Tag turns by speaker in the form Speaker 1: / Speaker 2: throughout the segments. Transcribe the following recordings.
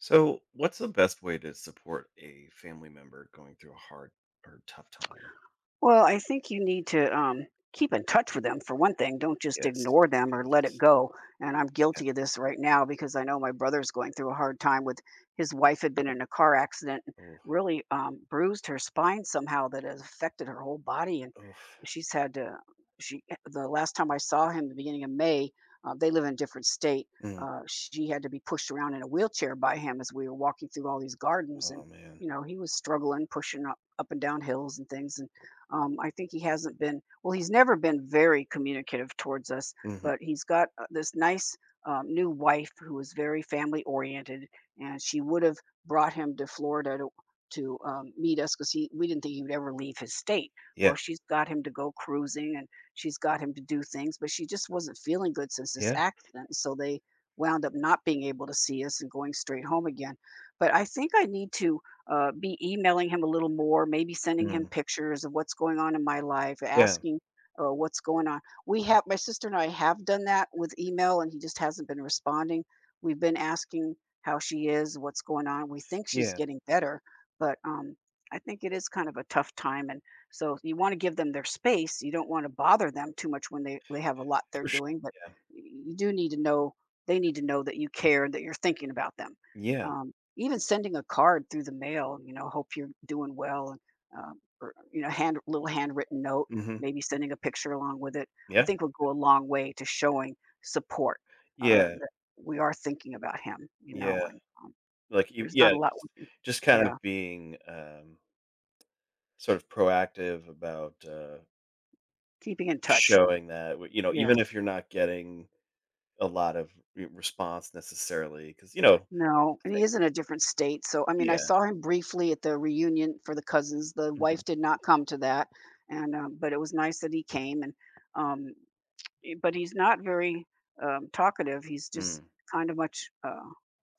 Speaker 1: So, what's the best way to support a family member going through a hard or tough time?
Speaker 2: Well, I think you need to keep in touch with them for one thing. Don't just
Speaker 1: Yes.
Speaker 2: ignore them or
Speaker 1: And
Speaker 2: let it
Speaker 1: it's,
Speaker 2: go. And I'm
Speaker 1: yeah.
Speaker 2: guilty of this right now because I know my brother's going through a hard time with his wife had been in a car accident, and
Speaker 1: Oh,
Speaker 2: really bruised her spine somehow that has affected her whole body. And
Speaker 1: oh,
Speaker 2: she's had to, the last time I saw him, the beginning of May, they live in a different state.
Speaker 1: mm,
Speaker 2: She had to be pushed around in a wheelchair by him as we were walking through all these gardens. And,
Speaker 1: oh man.
Speaker 2: you know, he was struggling, pushing up and down hills and things. And I think he hasn't been, well, he's never been very communicative towards us,
Speaker 1: Hmm.
Speaker 2: but he's got this nice new wife who is very family oriented, and she would have brought him to Florida to meet us because he we didn't think he would ever leave his state.
Speaker 1: Yeah.
Speaker 2: Well, she's got him to go cruising and she's got him to do things, but she just wasn't feeling good since this
Speaker 1: Yeah.
Speaker 2: accident, so they wound up not being able to see us and going straight home again. But I think I need to be emailing him a little more, maybe sending him
Speaker 1: Mm,
Speaker 2: pictures of what's going on in my life,
Speaker 1: yeah.
Speaker 2: asking what's going on. My sister and I have done that with email, and he just hasn't been responding. We've been asking how she is, what's going on. We think she's
Speaker 1: Yeah.
Speaker 2: getting better, but I think it is kind of a tough time. And so you want to give them their space. You don't want to bother them too much when they have a lot they're
Speaker 1: For sure.
Speaker 2: doing, but
Speaker 1: Yeah.
Speaker 2: you do they need to know that you care and that you're thinking about them.
Speaker 1: Yeah.
Speaker 2: Um, Even sending a card through the mail, you know, hope you're doing well, or you know, hand little handwritten note,
Speaker 1: Hmm.
Speaker 2: maybe sending a picture along with it. I
Speaker 1: Yeah.
Speaker 2: think will go a long way to showing support
Speaker 1: Yeah.
Speaker 2: that we are thinking about him. You
Speaker 1: Yeah.
Speaker 2: know, and
Speaker 1: Like,
Speaker 2: there's not
Speaker 1: yeah,
Speaker 2: a lot we can.
Speaker 1: just kind of
Speaker 2: Yeah,
Speaker 1: being sort of proactive about
Speaker 2: keeping in touch.
Speaker 1: showing that, you know,
Speaker 2: Yes.
Speaker 1: even if you're not getting a lot of response necessarily, because. I
Speaker 2: No, and he
Speaker 1: think,
Speaker 2: is in a different state. So, I mean, I
Speaker 1: yeah.
Speaker 2: saw him briefly at the reunion for the cousins. The
Speaker 1: Mhm.
Speaker 2: wife did not come to that, and but it was nice that he came. And um, but he's not very talkative. He's just
Speaker 1: Mm.
Speaker 2: kind of much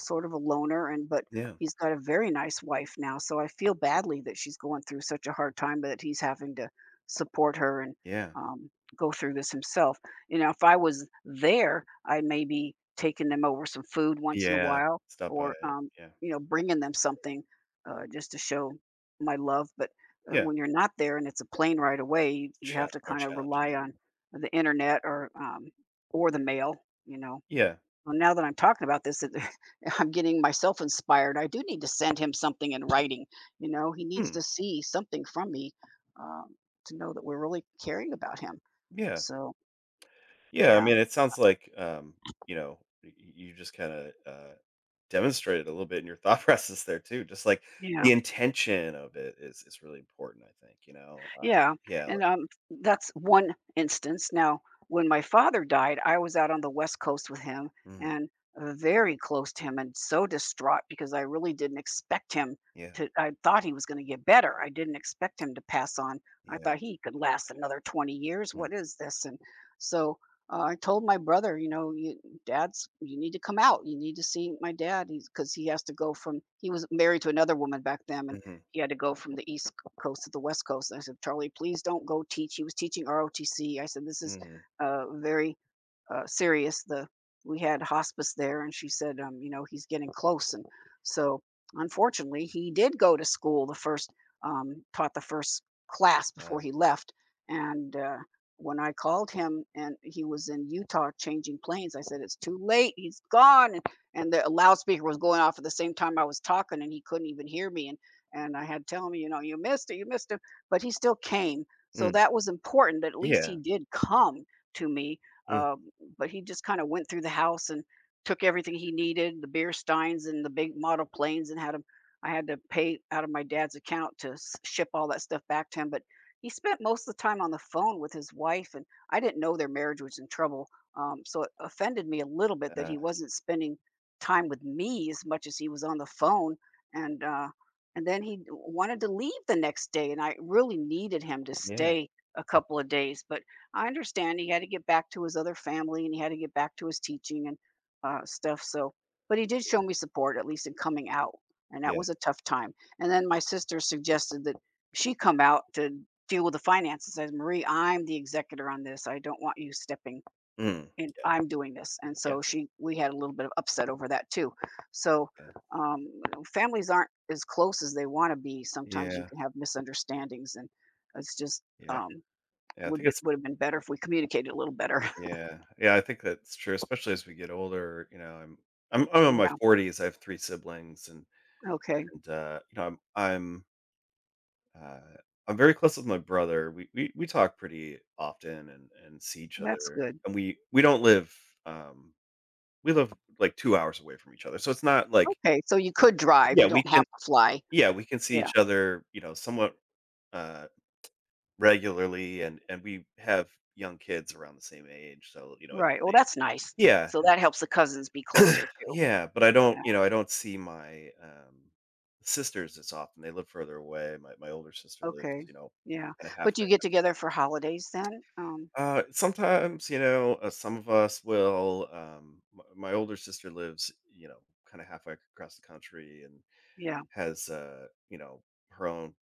Speaker 2: sort of a loner, and but
Speaker 1: Yeah,
Speaker 2: he's got a very nice wife now. So I feel badly that she's going through such a hard time that he's having to support her and
Speaker 1: yeah.
Speaker 2: um, go through this himself. You know, if I was there, I may be taking them over some food once in a
Speaker 1: Yeah,
Speaker 2: while,
Speaker 1: stop by,
Speaker 2: or
Speaker 1: yeah.
Speaker 2: you know, bringing them something just to show my love. But
Speaker 1: Yeah,
Speaker 2: when you're not there and it's a plane right away, you
Speaker 1: chal
Speaker 2: have to
Speaker 1: more
Speaker 2: kind of rely on
Speaker 1: challenging.
Speaker 2: the internet or or the mail. You know,
Speaker 1: Yeah.
Speaker 2: well, now that I'm talking about this, I'm getting myself inspired. I do need to send him something in writing. You know, he needs
Speaker 1: Hmm,
Speaker 2: to see something from me um, to know that we're really caring about him.
Speaker 1: yeah.
Speaker 2: So
Speaker 1: Yeah, I
Speaker 2: yeah,
Speaker 1: mean, it sounds like, you know, y y you just kinda demonstrated a little bit in your thought process there too, just, like,
Speaker 2: yeah.
Speaker 1: the intention of it is really important, I think.
Speaker 2: Yeah,
Speaker 1: Yeah,
Speaker 2: and,
Speaker 1: like.
Speaker 2: um, that's one instance. Now, when my father died, I was out on the West Coast with him
Speaker 1: Mhm,
Speaker 2: and very close to him and so distraught because I really didn't expect him
Speaker 1: yeah,
Speaker 2: to I thought he was gonna get better. I didn't expect him to pass on. I
Speaker 1: yeah.
Speaker 2: thought he could last another 20 years.
Speaker 1: Mm,
Speaker 2: What is this? And so, I told my brother, you know, you dad's you need to come out. You need to see my dad. He's because he has to go from he was married to another woman back then, and
Speaker 1: mhm,
Speaker 2: he had to go from the East Coast to the West Coast. And I said, Charlie, please don't go teach. He was teaching ROTC. I said, this is
Speaker 1: mhm,
Speaker 2: very serious. The We had hospice there, and she said, you know, he's getting close, and so unfortunately, he did go to school the first taught the first class
Speaker 1: uh,
Speaker 2: before he left, and when I called him and he was in Utah changing planes, I said, it's too late, he's gone, and the loudspeaker was going off at the same time I was talking, and he couldn't even hear me, and I had to tell him, you know, you missed him, but he still came. So
Speaker 1: mm,
Speaker 2: that was important. That At least he
Speaker 1: yeah,
Speaker 2: did come to me
Speaker 1: mm,
Speaker 2: uh, but he just kind of went through the house and took everything he needed, the beer steins and the big model planes, and had him. I had to pay out of my dad's account to ship all that stuff back to him. But he spent most of the time on the phone with his wife, and I didn't know their marriage was in trouble. So it offended me a little bit that
Speaker 1: uh,
Speaker 2: he wasn't spending time with me as much as he was on the phone. And uh, and then he wanted to leave the next day, and I really needed him to
Speaker 1: yeah,
Speaker 2: stay a couple of days, but I understand he had to get back to his other family and he had to get back to his teaching and stuff. So, but he did show
Speaker 1: yeah,
Speaker 2: me support, at least in coming out. And that
Speaker 1: yeah,
Speaker 2: was a tough time. And then my sister suggested that she come out to deal with the finances. Says, Marie, I'm the executor on this. I don't want you stepping
Speaker 1: mm,
Speaker 2: in.
Speaker 1: yeah,
Speaker 2: I'm doing this. And
Speaker 1: yeah,
Speaker 2: so we had a little bit of upset over that too. So,
Speaker 1: yeah,
Speaker 2: um, families aren't as close as they want to be. Sometimes you
Speaker 1: yeah,
Speaker 2: can have misunderstandings and it's just,
Speaker 1: yeah.
Speaker 2: um,
Speaker 1: Yeah, I think it's
Speaker 2: would have been better if we communicated a little better.
Speaker 1: yeah. Yeah, I think that's true, especially as we get older, I'm in my
Speaker 2: Yeah,
Speaker 1: 40s, I have 3 siblings
Speaker 2: okay,
Speaker 1: and you know, uh I'm very close with my brother. We talk pretty often and see each
Speaker 2: that's
Speaker 1: other.
Speaker 2: good.
Speaker 1: And we don't live um we live like 2 hours away from each other. So it's not like.
Speaker 2: Okay, so you could drive, you
Speaker 1: Yeah, we
Speaker 2: don't have
Speaker 1: can
Speaker 2: to fly.
Speaker 1: yeah, we can see
Speaker 2: Yeah,
Speaker 1: each other, you know, somewhat uh regularly and we have young kids around the same age. So, you know,
Speaker 2: right, well, that's nice.
Speaker 1: it's.
Speaker 2: So that helps the cousins be closer too.
Speaker 1: Yeah, but I don't,
Speaker 2: Yeah,
Speaker 1: you know, I don't see my sisters as often. They live further away. My older sister lives,
Speaker 2: okay,
Speaker 1: you know,
Speaker 2: yeah.
Speaker 1: kind of
Speaker 2: But do you
Speaker 1: halfway.
Speaker 2: get together for holidays then?
Speaker 1: Sometimes, you know, some of us will. My older sister lives, you know, kind of halfway across the country and
Speaker 2: Yeah,
Speaker 1: has, you know, her own,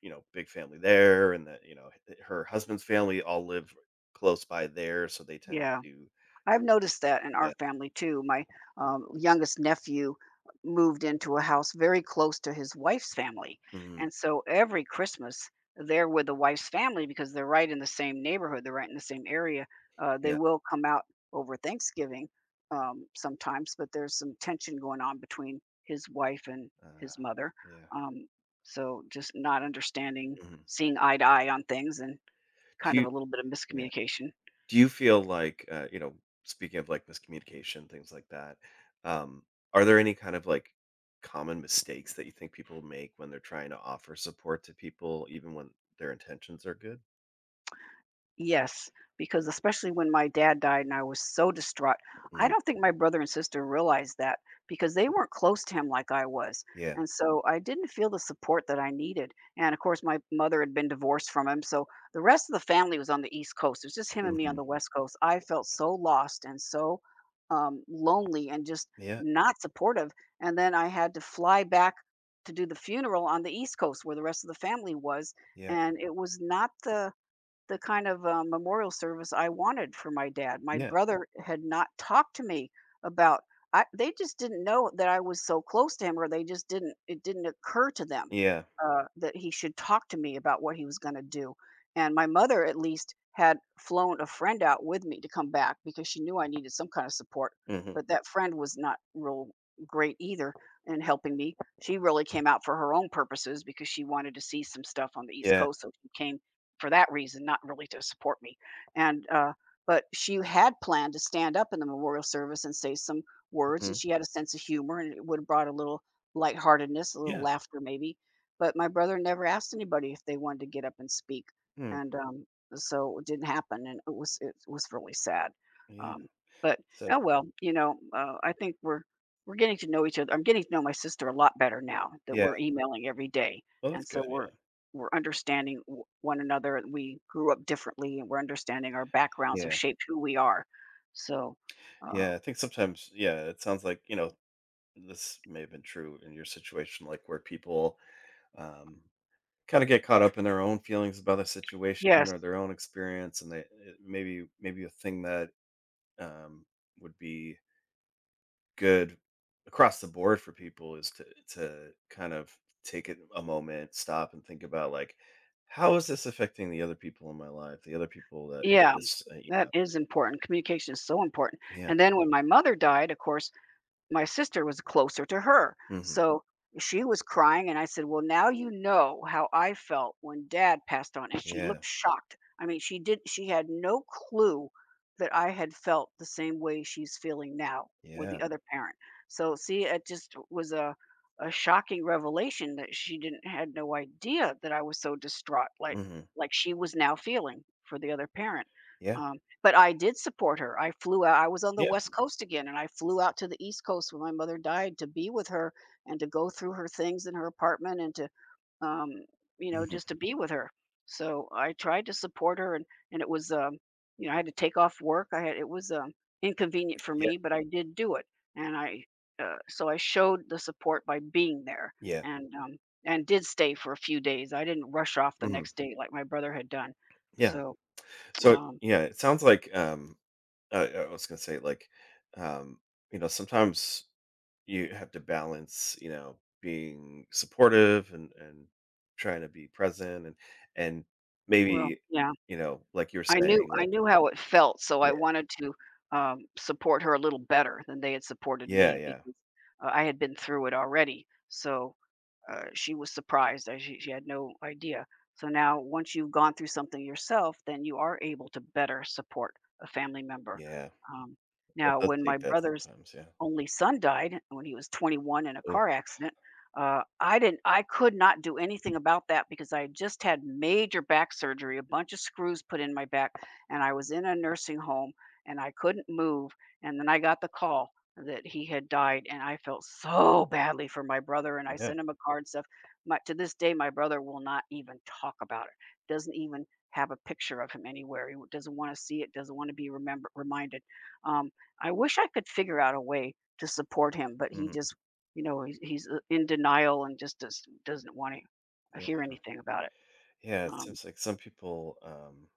Speaker 1: you know, big family there, and that, you know, her husband's family all live close by there, so they tend
Speaker 2: yeah.
Speaker 1: to,
Speaker 2: I've noticed that in our
Speaker 1: yeah,
Speaker 2: family too. My youngest nephew moved into a house very close to his wife's family.
Speaker 1: mhm,
Speaker 2: And so every Christmas, they're with the wife's family because they're right in the same neighborhood, they're right in the same area. They
Speaker 1: yeah,
Speaker 2: will come out over Thanksgiving sometimes, but there's some tension going on between his wife and
Speaker 1: uh,
Speaker 2: his mother.
Speaker 1: yeah.
Speaker 2: Um, so just not understanding,
Speaker 1: Mhm.
Speaker 2: seeing eye to eye on things, and
Speaker 1: Do
Speaker 2: kind of a
Speaker 1: you?
Speaker 2: little bit of
Speaker 1: Yeah.
Speaker 2: miscommunication.
Speaker 1: Do you feel like, you know, speaking of like miscommunication, things like that, um, are there any kind of like common mistakes that you think people make when they're trying to offer support to people, even when their intentions are good?
Speaker 2: Yes, because especially when my dad died and I was so distraught, I
Speaker 1: Mm,
Speaker 2: don't think my brother and sister realized that because they weren't close to him like I was.
Speaker 1: yeah.
Speaker 2: And so I didn't feel the support that I needed. And of course, my mother had been divorced from him. So the rest of the family was on the East Coast. It was just him and me on
Speaker 1: Hmm.
Speaker 2: the West Coast. I felt so lost and so lonely and just
Speaker 1: Yeah.
Speaker 2: not supportive. And then I had to fly back to do the funeral on the East Coast where the rest of the family was.
Speaker 1: Yeah.
Speaker 2: And it was not the kind of, memorial service I wanted for my dad. My
Speaker 1: Yeah.
Speaker 2: brother had not talked to me about I they just didn't know that I was so close to him, or they just didn't it didn't occur to them,
Speaker 1: Yeah.
Speaker 2: that he should talk to me about what he was gonna do, and my mother, at least, had flown a friend out with me to come back because she knew I needed some kind of support,
Speaker 1: Hmm.
Speaker 2: but that friend was not real great either in helping me. She really came out for her own purposes because she wanted to see some stuff on the East
Speaker 1: Yeah.
Speaker 2: Coast, so she came for that reason, not really to support me. And But she had planned to stand up in the memorial service and say some words, and
Speaker 1: Hmm.
Speaker 2: she had a sense of humor, and it would have brought a little lightheartedness, a little
Speaker 1: Yeah.
Speaker 2: laughter maybe. But my brother never asked anybody if they wanted to get up and speak,
Speaker 1: Mm,
Speaker 2: and so it didn't happen, and it was really sad.
Speaker 1: yeah.
Speaker 2: Um, but
Speaker 1: So,
Speaker 2: oh well, you know, I think we're getting to know each other. I'm getting to know my sister a lot better now that
Speaker 1: yeah.
Speaker 2: we're emailing every day,
Speaker 1: Well, that's
Speaker 2: and
Speaker 1: good.
Speaker 2: so we're
Speaker 1: Yeah.
Speaker 2: we're understanding one another, and we grew up differently, and we're understanding our backgrounds have
Speaker 1: Yeah.
Speaker 2: shaped who we are. So uh,
Speaker 1: Yeah. I think sometimes, yeah, it sounds like, you know, this may have been true in your situation, like where people, um, kinda get caught up in their own feelings about the situation
Speaker 2: yes,
Speaker 1: or their own experience, and they it maybe a thing that, um, would be good across the board for people is to kind of take it a moment, stop and think about, like, "How is this affecting the other people in my life? The other people that
Speaker 2: yeah,
Speaker 1: this," you
Speaker 2: that
Speaker 1: know.
Speaker 2: is important. Communication is so important.
Speaker 1: Yeah.
Speaker 2: And then when my mother died, of course, my sister was closer to her.
Speaker 1: Mhm.
Speaker 2: So she was crying, and I said, "Well, now you know how I felt when Dad passed on." And she
Speaker 1: Yeah.
Speaker 2: looked shocked. I mean, she did. She had no clue that I had felt the same way she's feeling now with the
Speaker 1: Yeah.
Speaker 2: other parent. So, see, it just was a shocking revelation that she didn't had no idea that I was so distraught,
Speaker 1: Mhm.
Speaker 2: like she was now feeling for the other parent.
Speaker 1: Yeah.
Speaker 2: Um, but I did support her. I flew out I was on the
Speaker 1: Yeah.
Speaker 2: West Coast again, and I flew out to the East Coast when my mother died to be with her, and to go through her things in her apartment, and to, um, you know,
Speaker 1: Mhm.
Speaker 2: just to be with her. So I tried to support her, and it was, you know, I had to take off work. I had it was inconvenient for
Speaker 1: Yeah.
Speaker 2: me, but I did do it, and I so I showed the support by being there,
Speaker 1: Yeah.
Speaker 2: and um, and did stay for a few days. I didn't rush off the
Speaker 1: Mhm.
Speaker 2: next day like my brother had done.
Speaker 1: Yeah.
Speaker 2: So,
Speaker 1: So
Speaker 2: um,
Speaker 1: yeah, it sounds like I was gonna say like, um, you know, sometimes you have to balance, you know, being supportive and trying to be present and
Speaker 2: well,
Speaker 1: maybe
Speaker 2: yeah.
Speaker 1: you know, like you're
Speaker 2: I knew
Speaker 1: saying,
Speaker 2: I
Speaker 1: like
Speaker 2: knew how it felt, so I
Speaker 1: yeah,
Speaker 2: wanted to, support her a little better than they had supported
Speaker 1: yeah,
Speaker 2: me
Speaker 1: yeah,
Speaker 2: because, I had been through it already. So, she was surprised, she had no idea. So now once you've gone through something yourself, then you are able to better support a family member.
Speaker 1: yeah.
Speaker 2: Um,
Speaker 1: It
Speaker 2: Now
Speaker 1: does
Speaker 2: when my
Speaker 1: take that
Speaker 2: brothers
Speaker 1: sometimes. Yeah.
Speaker 2: only son died when he was 21 in a
Speaker 1: Oh,
Speaker 2: car accident. I didn't. I could not do anything about that because I had just had major back surgery, a bunch of screws put in my back, and I was in a nursing home and I couldn't move. And then I got the call that he had died, and I felt so badly for my brother. And I
Speaker 1: yeah.
Speaker 2: sent him a card and stuff. My, to this day, my brother will not even talk about it. Doesn't even have a picture of him anywhere. He doesn't want to see it. Doesn't want to be remember reminded. Um, I wish I could figure out a way to support him, but he
Speaker 1: Mm,
Speaker 2: just, you know, he's in denial and just doesn't want to hear
Speaker 1: yeah.
Speaker 2: anything about it.
Speaker 1: Yeah. It
Speaker 2: Um,
Speaker 1: seems like some people,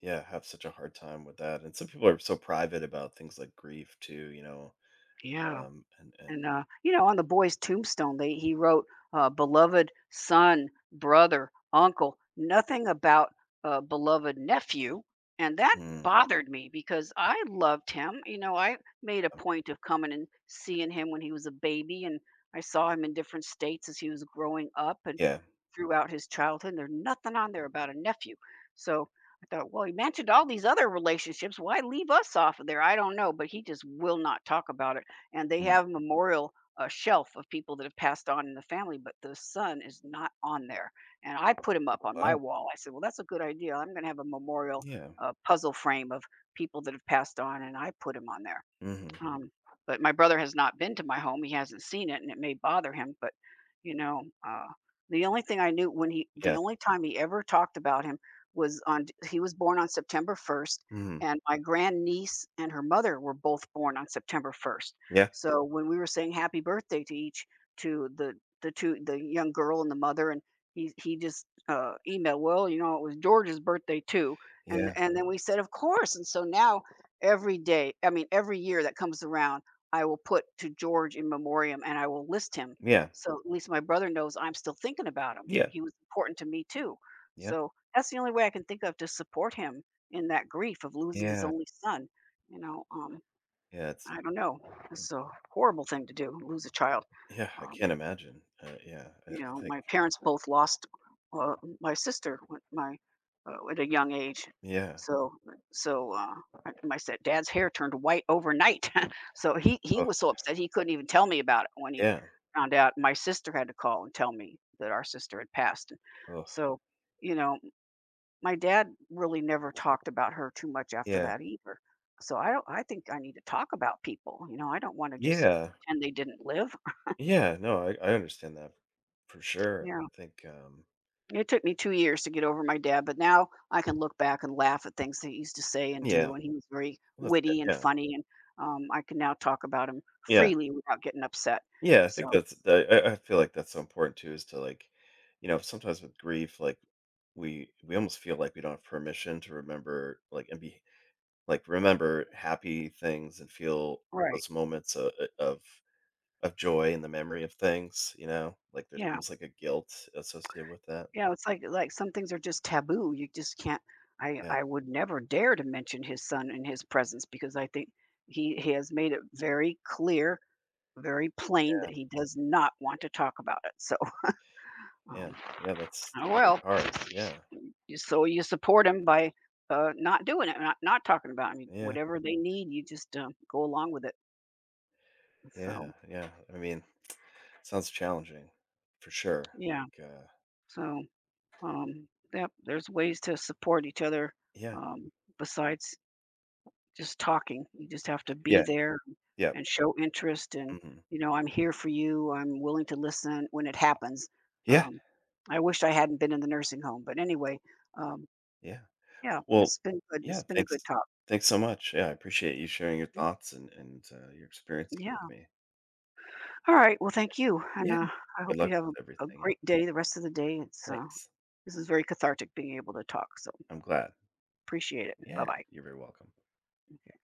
Speaker 1: yeah, have such a hard time with that, and some people are so private about things like grief too. You know,
Speaker 2: yeah,
Speaker 1: and and.
Speaker 2: and You know, on the boy's tombstone, they he wrote, "Beloved son, brother, uncle," nothing about beloved nephew, and that
Speaker 1: Mm.
Speaker 2: bothered me because I loved him. You know, I made a
Speaker 1: Um,
Speaker 2: point of coming and seeing him when he was a baby, and I saw him in different states as he was growing up, and
Speaker 1: yeah.
Speaker 2: throughout his childhood, and there's nothing on there about a nephew. So I thought, well, he mentioned all these other relationships. Why leave us off of there? I don't know, but he just will not talk about it. And they
Speaker 1: Mm.
Speaker 2: have a memorial shelf of people that have passed on in the family, but the son is not on there. And I put him up on my
Speaker 1: Wow.
Speaker 2: wall. I said, well, that's a good idea. I'm going to have a memorial
Speaker 1: Yeah.
Speaker 2: puzzle frame of people that have passed on, and I put him on there.
Speaker 1: Mhm.
Speaker 2: Um, but my brother has not been to my home, he hasn't seen it, and it may bother him, but, you know, uh, the only thing I knew when he the
Speaker 1: Yeah.
Speaker 2: only time he ever talked about him was on he was born on September 1st,
Speaker 1: Mhm.
Speaker 2: and my grandniece and her mother were both born on September 1st.
Speaker 1: Yeah.
Speaker 2: So when we were saying happy birthday to each to the two the young girl and the mother, and he just, emailed, "Well, you know, it was George's birthday too,"
Speaker 1: Yeah.
Speaker 2: and then we said, "Of course," and so now every day, I mean, every year that comes around, I will put to George in memoriam and I will list him.
Speaker 1: Yeah.
Speaker 2: So at least my brother knows I'm still thinking about him.
Speaker 1: Yeah.
Speaker 2: He was important to me too.
Speaker 1: Yeah.
Speaker 2: So that's the only way I can think of to support him in that grief of losing his
Speaker 1: Yeah.
Speaker 2: only son. You know, um,
Speaker 1: Yeah. It's
Speaker 2: I don't know. It's a horrible thing to do, lose a child.
Speaker 1: yeah, I
Speaker 2: Um,
Speaker 1: can't imagine. Yeah,
Speaker 2: you
Speaker 1: I
Speaker 2: know,
Speaker 1: think
Speaker 2: my parents both lost, uh, my sister when my at a young age.
Speaker 1: yeah.
Speaker 2: So so, I my said dad's hair turned white overnight. So he
Speaker 1: Oh,
Speaker 2: was so upset he couldn't even tell me about it when he
Speaker 1: yeah.
Speaker 2: found out my sister had to call and tell me that our sister had passed.
Speaker 1: Oh,
Speaker 2: So, you know, my dad really never talked about her too much after
Speaker 1: yeah.
Speaker 2: that either. So I don't I think I need to talk about people, you know, I don't wanna just
Speaker 1: Yeah.
Speaker 2: pretend they didn't live.
Speaker 1: Yeah. No, I understand that for sure.
Speaker 2: Yeah.
Speaker 1: I think
Speaker 2: It took me two years to get over my dad, but now I can look back and laugh at things that he used to say and
Speaker 1: yeah.
Speaker 2: do, and he was very
Speaker 1: Well, that's good.
Speaker 2: witty and
Speaker 1: Yeah.
Speaker 2: funny, and, I can now talk about him
Speaker 1: Yeah.
Speaker 2: freely without getting upset.
Speaker 1: Yeah. I think
Speaker 2: So
Speaker 1: that's I feel like that's so important too is to like, you know, sometimes with grief, like we almost feel like we don't have permission to remember like and be. Like, remember happy things and feel
Speaker 2: Right.
Speaker 1: those moments o of joy in the memory of things, you know? Like, there's
Speaker 2: Yeah.
Speaker 1: almost like a guilt associated with that.
Speaker 2: Yeah, it's like some things are just taboo. You just can't I
Speaker 1: Yeah,
Speaker 2: I would never dare to mention his son in his presence because I think he has made it very clear, very plain that he does not want to talk about it. So, um,
Speaker 1: man. Yeah,
Speaker 2: oh
Speaker 1: that's really
Speaker 2: well.
Speaker 1: hard. Yeah.
Speaker 2: You so you support them by, not doing it, not talking about 'em. You-
Speaker 1: Yeah.
Speaker 2: Whatever they need, you just, go along with it. So,
Speaker 1: Yeah. Yeah. I mean, sounds challenging for sure.
Speaker 2: yeah.
Speaker 1: Like,
Speaker 2: So, um, yep, there's ways to support each other,
Speaker 1: yeah.
Speaker 2: um, besides just talking. You just have to be
Speaker 1: Yeah.
Speaker 2: there
Speaker 1: Yeah.
Speaker 2: and show interest and,
Speaker 1: Mhm.
Speaker 2: you know, "I'm here for you. I'm willing to listen," when it happens.
Speaker 1: Yeah.
Speaker 2: Um, I wish I hadn't been in the nursing home, but anyway, um,
Speaker 1: Yeah.
Speaker 2: yeah,
Speaker 1: Well,
Speaker 2: it's been good. It's
Speaker 1: yeah,
Speaker 2: been a good talk.
Speaker 1: thanks so much. Yeah, I appreciate you sharing your
Speaker 2: Mhm.
Speaker 1: thoughts and your experiences with
Speaker 2: Yeah.
Speaker 1: me.
Speaker 2: All right. Well, thank you, and
Speaker 1: Yeah.
Speaker 2: I
Speaker 1: Good
Speaker 2: hope
Speaker 1: luck
Speaker 2: you have
Speaker 1: with
Speaker 2: a
Speaker 1: everything,
Speaker 2: great day. The rest of the day, it's
Speaker 1: thanks.
Speaker 2: this is very cathartic being able to talk. So
Speaker 1: I'm glad.
Speaker 2: appreciate it. Bye
Speaker 1: Yeah,
Speaker 2: bye.
Speaker 1: you're very welcome.